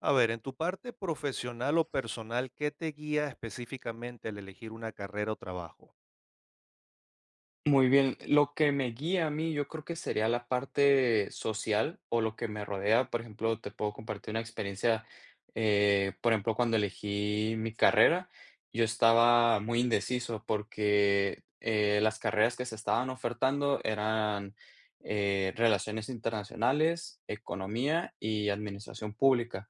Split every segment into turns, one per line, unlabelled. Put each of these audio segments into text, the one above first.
A ver, en tu parte profesional o personal, ¿qué te guía específicamente al elegir una carrera o trabajo?
Muy bien, lo que me guía a mí, yo creo que sería la parte social o lo que me rodea. Por ejemplo, te puedo compartir una experiencia, por ejemplo, cuando elegí mi carrera, yo estaba muy indeciso porque las carreras que se estaban ofertando eran relaciones internacionales, economía y administración pública.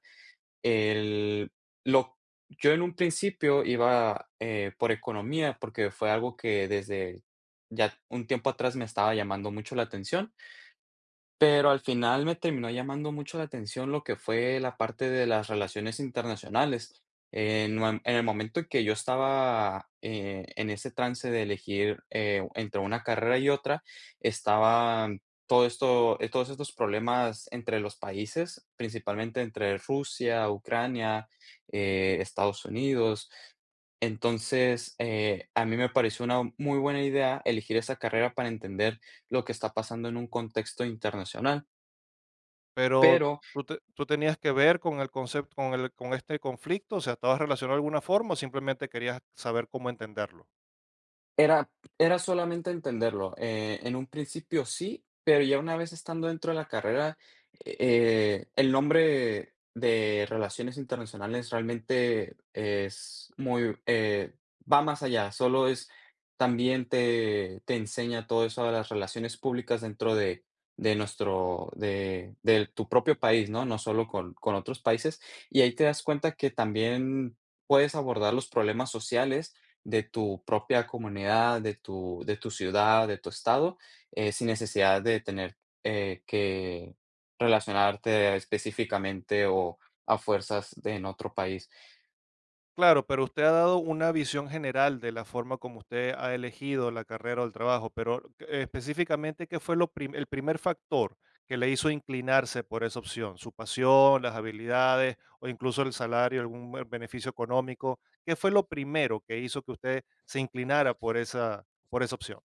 El, lo, yo en un principio iba por economía, porque fue algo que desde ya un tiempo atrás me estaba llamando mucho la atención. Pero al final me terminó llamando mucho la atención lo que fue la parte de las relaciones internacionales. En el momento en que yo estaba en ese trance de elegir entre una carrera y otra, estaba todo esto, todos estos problemas entre los países, principalmente entre Rusia, Ucrania, Estados Unidos. Entonces, a mí me pareció una muy buena idea elegir esa carrera para entender lo que está pasando en un contexto internacional,
Pero
pero
tú tenías que ver con el concepto, con este conflicto, o sea, ¿estabas relacionado de alguna forma o simplemente querías saber cómo entenderlo?
Era era solamente entenderlo, en un principio sí, pero ya una vez estando dentro de la carrera, el nombre de relaciones internacionales realmente es muy, va más allá, solo es también te enseña todo eso de las relaciones públicas dentro de nuestro de tu propio país, ¿no? No solo con otros países, y ahí te das cuenta que también puedes abordar los problemas sociales de tu propia comunidad, de tu ciudad, de tu estado, sin necesidad de tener que relacionarte específicamente o a fuerzas de en otro país.
Claro, pero usted ha dado una visión general de la forma como usted ha elegido la carrera o el trabajo, pero específicamente, ¿qué fue el primer factor que le hizo inclinarse por esa opción? ¿Su pasión, las habilidades o incluso el salario, algún beneficio económico? ¿Qué fue lo primero que hizo que usted se inclinara por esa opción?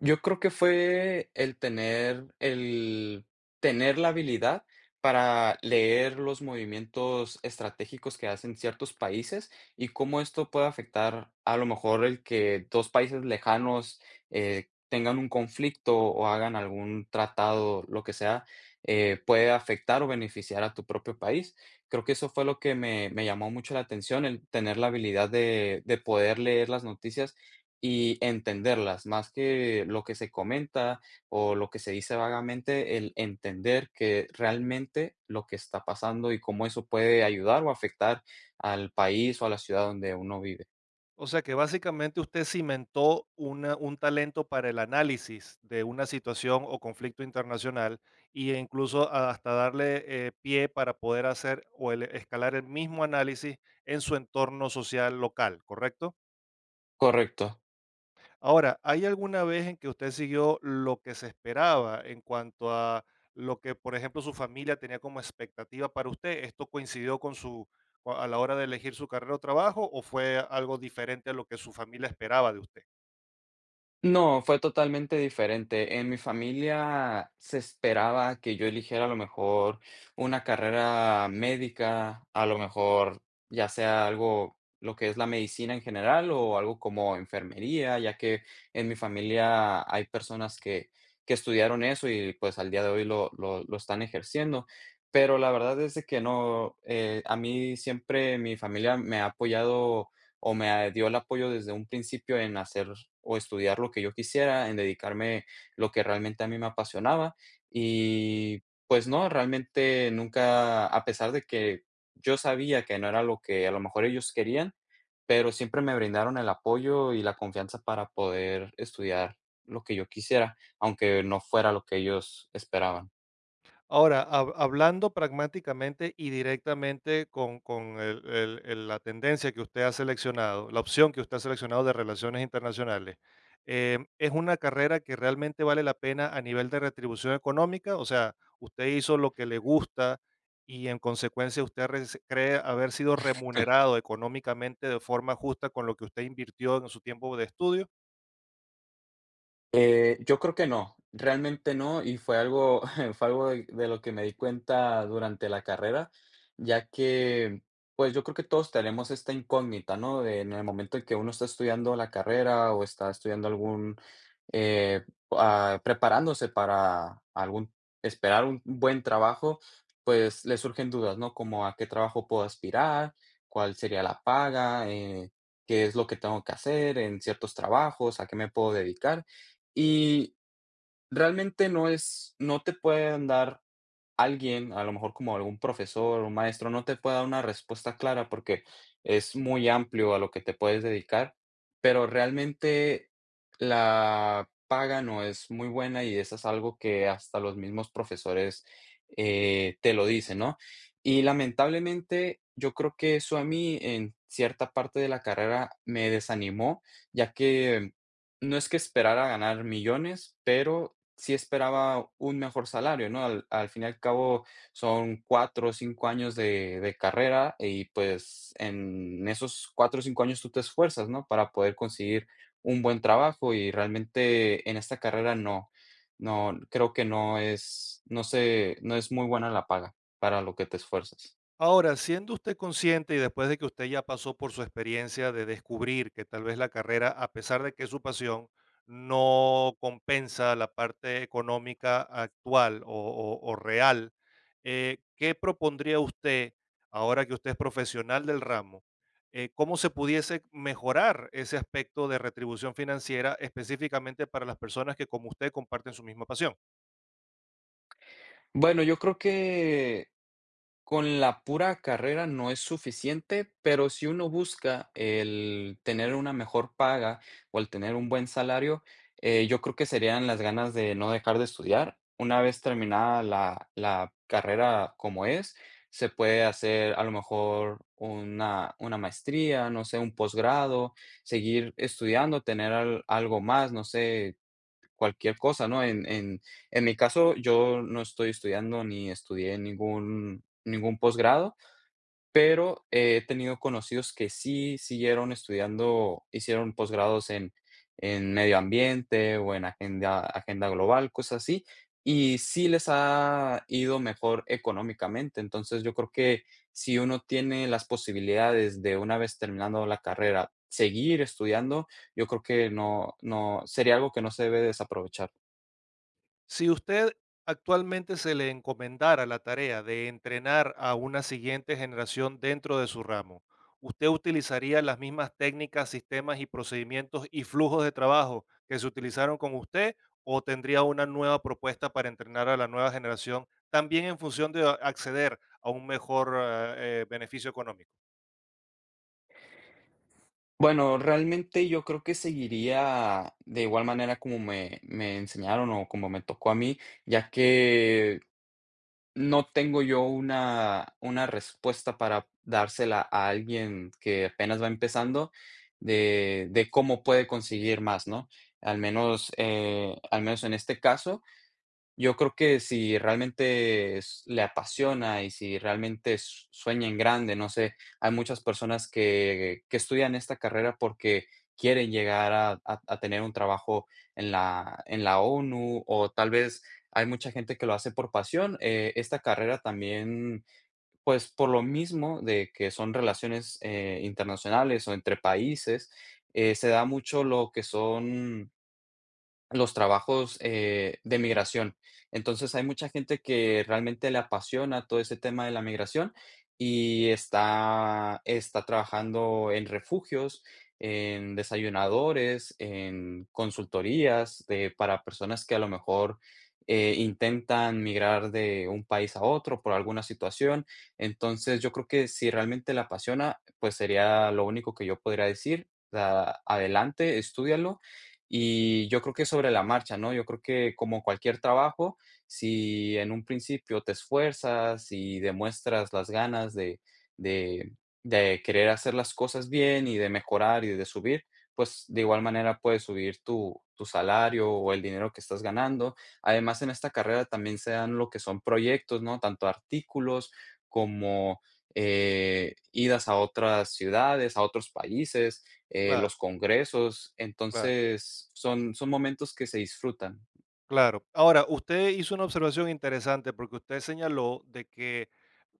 Yo creo que fue el tener la habilidad para leer los movimientos estratégicos que hacen ciertos países y cómo esto puede afectar a lo mejor el que dos países lejanos tengan un conflicto o hagan algún tratado, lo que sea, puede afectar o beneficiar a tu propio país. Creo que eso fue lo que me llamó mucho la atención, el tener la habilidad de poder leer las noticias y entenderlas, más que lo que se comenta o lo que se dice vagamente, el entender que realmente lo que está pasando y cómo eso puede ayudar o afectar al país o a la ciudad donde uno vive.
O sea que básicamente usted cimentó un talento para el análisis de una situación o conflicto internacional e incluso hasta darle pie para poder hacer o escalar el mismo análisis en su entorno social local, ¿correcto?
Correcto.
Ahora, ¿hay alguna vez en que usted siguió lo que se esperaba en cuanto a lo que, por ejemplo, su familia tenía como expectativa para usted? ¿Esto coincidió con a la hora de elegir su carrera o trabajo o fue algo diferente a lo que su familia esperaba de usted?
No, fue totalmente diferente. En mi familia se esperaba que yo eligiera a lo mejor una carrera médica, a lo mejor ya sea algo, lo que es la medicina en general o algo como enfermería, ya que en mi familia hay personas que estudiaron eso y pues al día de hoy lo están ejerciendo. Pero la verdad es de que no, a mí siempre mi familia me ha apoyado o me dio el apoyo desde un principio en hacer o estudiar lo que yo quisiera, en dedicarme lo que realmente a mí me apasionaba. Y pues no, realmente nunca, a pesar de que yo sabía que no era lo que a lo mejor ellos querían, pero siempre me brindaron el apoyo y la confianza para poder estudiar lo que yo quisiera, aunque no fuera lo que ellos esperaban.
Ahora, hablando pragmáticamente y directamente con la tendencia que usted ha seleccionado, la opción que usted ha seleccionado de relaciones internacionales, ¿es una carrera que realmente vale la pena a nivel de retribución económica? O sea, usted hizo lo que le gusta y en consecuencia usted cree haber sido remunerado económicamente de forma justa con lo que usted invirtió en su tiempo de estudio.
Yo creo que no, realmente no, y fue algo fue algo de lo que me di cuenta durante la carrera, ya que, pues, yo creo que todos tenemos esta incógnita, ¿no? De en el momento en que uno está estudiando la carrera o está estudiando eh, preparándose para algún esperar un buen trabajo, pues, le surgen dudas, ¿no? Como a qué trabajo puedo aspirar, cuál sería la paga, qué es lo que tengo que hacer en ciertos trabajos, a qué me puedo dedicar. Y realmente no es, no te pueden dar alguien, a lo mejor como algún profesor, o maestro, no te pueda dar una respuesta clara porque es muy amplio a lo que te puedes dedicar, pero realmente la paga no es muy buena y eso es algo que hasta los mismos profesores te lo dicen, ¿no? Y lamentablemente yo creo que eso a mí en cierta parte de la carrera me desanimó, ya que no es que esperara ganar millones, pero sí esperaba un mejor salario, ¿no? Al fin y al cabo son 4 o 5 años de carrera y, pues, en esos 4 o 5 años tú te esfuerzas, ¿no? Para poder conseguir un buen trabajo y realmente en esta carrera no, no, creo que no es, no sé, no es muy buena la paga para lo que te esfuerzas.
Ahora, siendo usted consciente y después de que usted ya pasó por su experiencia de descubrir que tal vez la carrera, a pesar de que es su pasión, no compensa la parte económica actual o real, ¿qué propondría usted, ahora que usted es profesional del ramo, cómo se pudiese mejorar ese aspecto de retribución financiera específicamente para las personas que como usted comparten su misma pasión?
Bueno, yo creo que con la pura carrera no es suficiente, pero si uno busca el tener una mejor paga o el tener un buen salario, yo creo que serían las ganas de no dejar de estudiar. Una vez terminada la carrera como es, se puede hacer a lo mejor una maestría, no sé, un posgrado, seguir estudiando, tener al- algo más, no sé, cualquier cosa, ¿no? En en mi caso, yo no estoy estudiando ni estudié ningún posgrado, pero he tenido conocidos que sí siguieron estudiando, hicieron posgrados en medio ambiente o en agenda global, cosas así, y sí les ha ido mejor económicamente. Entonces, yo creo que si uno tiene las posibilidades de una vez terminando la carrera, seguir estudiando, yo creo que no sería algo que no se debe desaprovechar.
Si usted actualmente se le encomendara la tarea de entrenar a una siguiente generación dentro de su ramo, ¿usted utilizaría las mismas técnicas, sistemas y procedimientos y flujos de trabajo que se utilizaron con usted o tendría una nueva propuesta para entrenar a la nueva generación también en función de acceder a un mejor beneficio económico?
Bueno, realmente yo creo que seguiría de igual manera como me enseñaron o como me tocó a mí, ya que no tengo yo una respuesta para dársela a alguien que apenas va empezando de cómo puede conseguir más, ¿no? Al menos en este caso. Yo creo que si realmente es le apasiona y si realmente s sueña en grande, no sé, hay muchas personas que estudian esta carrera porque quieren llegar a tener un trabajo en la ONU, o tal vez hay mucha gente que lo hace por pasión. Esta carrera también, pues, por lo mismo de que son relaciones, internacionales o entre países, se da mucho lo que son los trabajos, de migración. Entonces, hay mucha gente que realmente le apasiona todo ese tema de la migración y está trabajando en refugios, en desayunadores, en consultorías de para personas que a lo mejor, intentan migrar de un país a otro por alguna situación. Entonces, yo creo que si realmente le apasiona, pues, sería lo único que yo podría decir, ah, adelante, estúdialo y yo creo que sobre la marcha, ¿no? Yo creo que como cualquier trabajo, si en un principio te esfuerzas y demuestras las ganas de, de querer hacer las cosas bien y de mejorar y de subir, pues de igual manera puedes subir tu salario o el dinero que estás ganando. Además, en esta carrera también se dan lo que son proyectos, ¿no? Tanto artículos como idas a otras ciudades, a otros países
Claro,
los congresos.
claro,
Entonces, son momentos que se disfrutan,
claro. Ahora, usted hizo una observación interesante porque usted señaló de que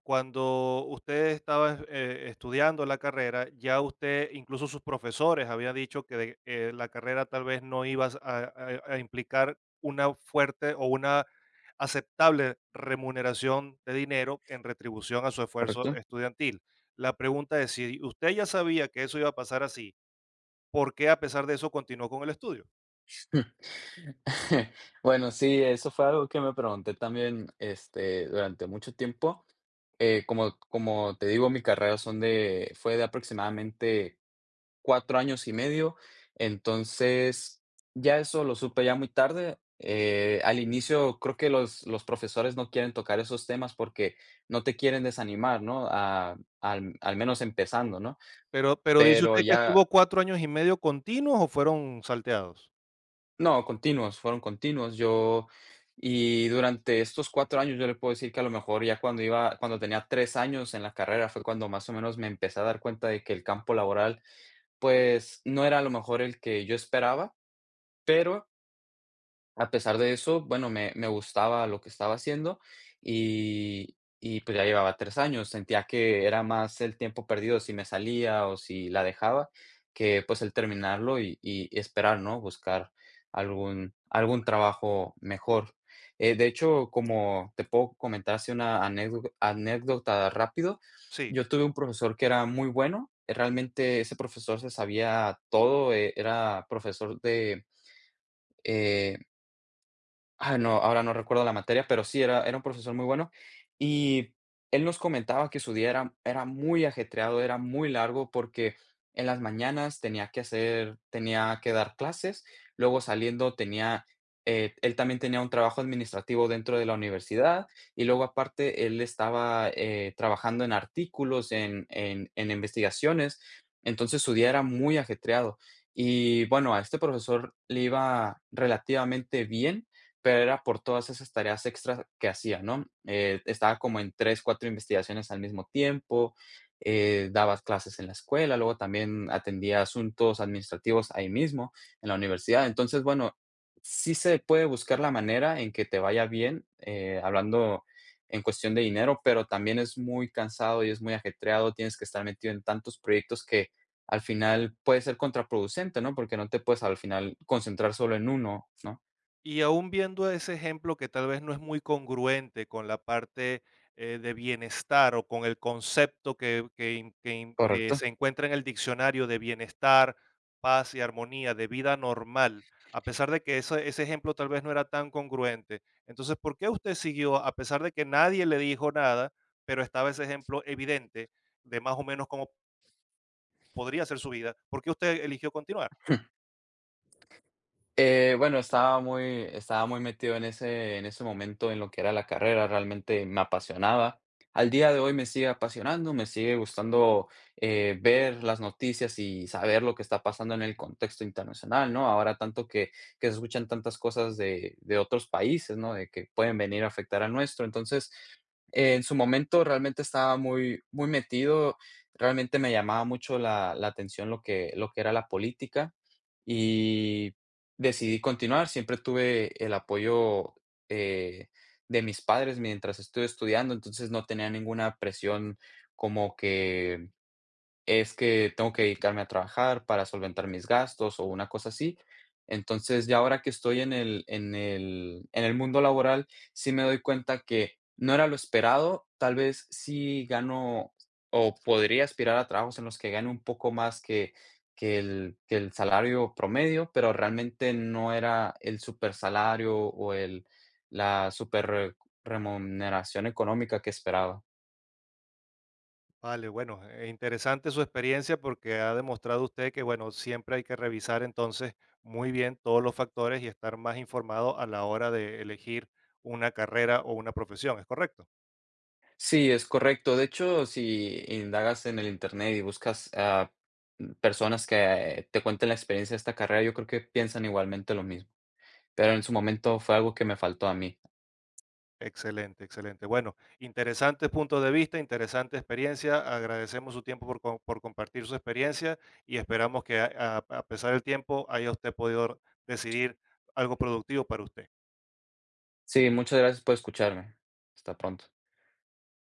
cuando usted estaba estudiando la carrera, ya usted, incluso sus profesores, había dicho que la carrera tal vez no iba a, a implicar una fuerte o una aceptable remuneración de dinero en retribución a su esfuerzo
¿correcto?
estudiantil. La pregunta es si usted ya sabía que eso iba a pasar así, ¿por qué a pesar de eso continuó con el estudio?
Bueno, sí, eso fue algo que me pregunté también, este, durante mucho tiempo. Como te digo, mi carrera son de fue de aproximadamente 4 años y medio. Entonces, ya eso lo supe ya muy tarde. Al inicio creo que los profesores no quieren tocar esos temas porque no te quieren desanimar, ¿no? A al al menos empezando, ¿no?
Pero dice
Pero
usted que
ya
estuvo 4 años y medio continuos o fueron salteados.
no, continuos, fueron continuos. Yo y durante estos 4 años, yo le puedo decir que a lo mejor ya cuando iba cuando tenía 3 años en la carrera, fue cuando más o menos me empecé a dar cuenta de que el campo laboral, pues, no era a lo mejor el que yo esperaba, pero a pesar de eso, bueno, me gustaba lo que estaba haciendo y y, pues, ya llevaba 3 años. Sentía que era más el tiempo perdido si me salía o si la dejaba, que, pues, el terminarlo y esperar, ¿no? Buscar algún trabajo mejor. De hecho, como te puedo comentar así una anécdota rápido,
Sí.
yo tuve un profesor que era muy bueno. Realmente ese profesor se sabía todo, era profesor de, eh no, ahora no recuerdo la materia, pero sí, era un profesor muy bueno, y él nos comentaba que su día era muy ajetreado, era muy largo, porque en las mañanas tenía que dar clases, luego saliendo tenía, él también tenía un trabajo administrativo dentro de la universidad, y luego aparte él estaba, trabajando en artículos, en investigaciones, entonces su día era muy ajetreado. Y bueno, a este profesor le iba relativamente bien, pero era por todas esas tareas extras que hacía, ¿no? Estaba como en 3, 4 investigaciones al mismo tiempo, daba clases en la escuela, luego también atendía asuntos administrativos ahí mismo, en la universidad. Entonces, bueno, sí se puede buscar la manera en que te vaya bien, hablando en cuestión de dinero, pero también es muy cansado y es muy ajetreado, tienes que estar metido en tantos proyectos que al final puede ser contraproducente, ¿no? Porque no te puedes al final concentrar solo en uno, ¿no?
Y aún viendo ese ejemplo que tal vez no es muy congruente con la parte, de bienestar o con el concepto que
Correcto.
se encuentra en el diccionario de bienestar, paz y armonía, de vida normal, a pesar de que ese ejemplo tal vez no era tan congruente. Entonces, ¿por qué usted siguió, a pesar de que nadie le dijo nada, pero estaba ese ejemplo evidente de más o menos cómo podría ser su vida? ¿Por qué usted eligió continuar?
Bueno, estaba muy metido en ese momento en lo que era la carrera, realmente me apasionaba. Al día de hoy me sigue apasionando, me sigue gustando, ver las noticias y saber lo que está pasando en el contexto internacional, ¿no? Ahora tanto que se escuchan tantas cosas de otros países, ¿no? De que pueden venir a afectar al nuestro. Entonces, en su momento realmente estaba muy metido, realmente me llamaba mucho la atención lo que era la política, y decidí continuar, siempre tuve el apoyo, eh, de mis padres mientras estuve estudiando, entonces no tenía ninguna presión como que es que tengo que dedicarme a trabajar para solventar mis gastos o una cosa así. Entonces, ya ahora que estoy en el mundo laboral, sí me doy cuenta que no era lo esperado. Tal vez sí gano o podría aspirar a trabajos en los que gane un poco más que el salario promedio, pero realmente no era el super salario o el la super remuneración económica que esperaba.
Vale, bueno, interesante su experiencia porque ha demostrado usted que, bueno, siempre hay que revisar entonces muy bien todos los factores y estar más informado a la hora de elegir una carrera o una profesión, ¿es correcto?
Sí, es correcto. De hecho, si indagas en el internet y buscas a personas que te cuenten la experiencia de esta carrera, yo creo que piensan igualmente lo mismo, pero en su momento fue algo que me faltó a mí.
Excelente, excelente. Bueno, interesantes puntos de vista, interesante experiencia. Agradecemos su tiempo por, por compartir su experiencia y esperamos que a pesar del tiempo haya usted podido decidir algo productivo para usted.
Sí, muchas gracias por escucharme. Hasta pronto.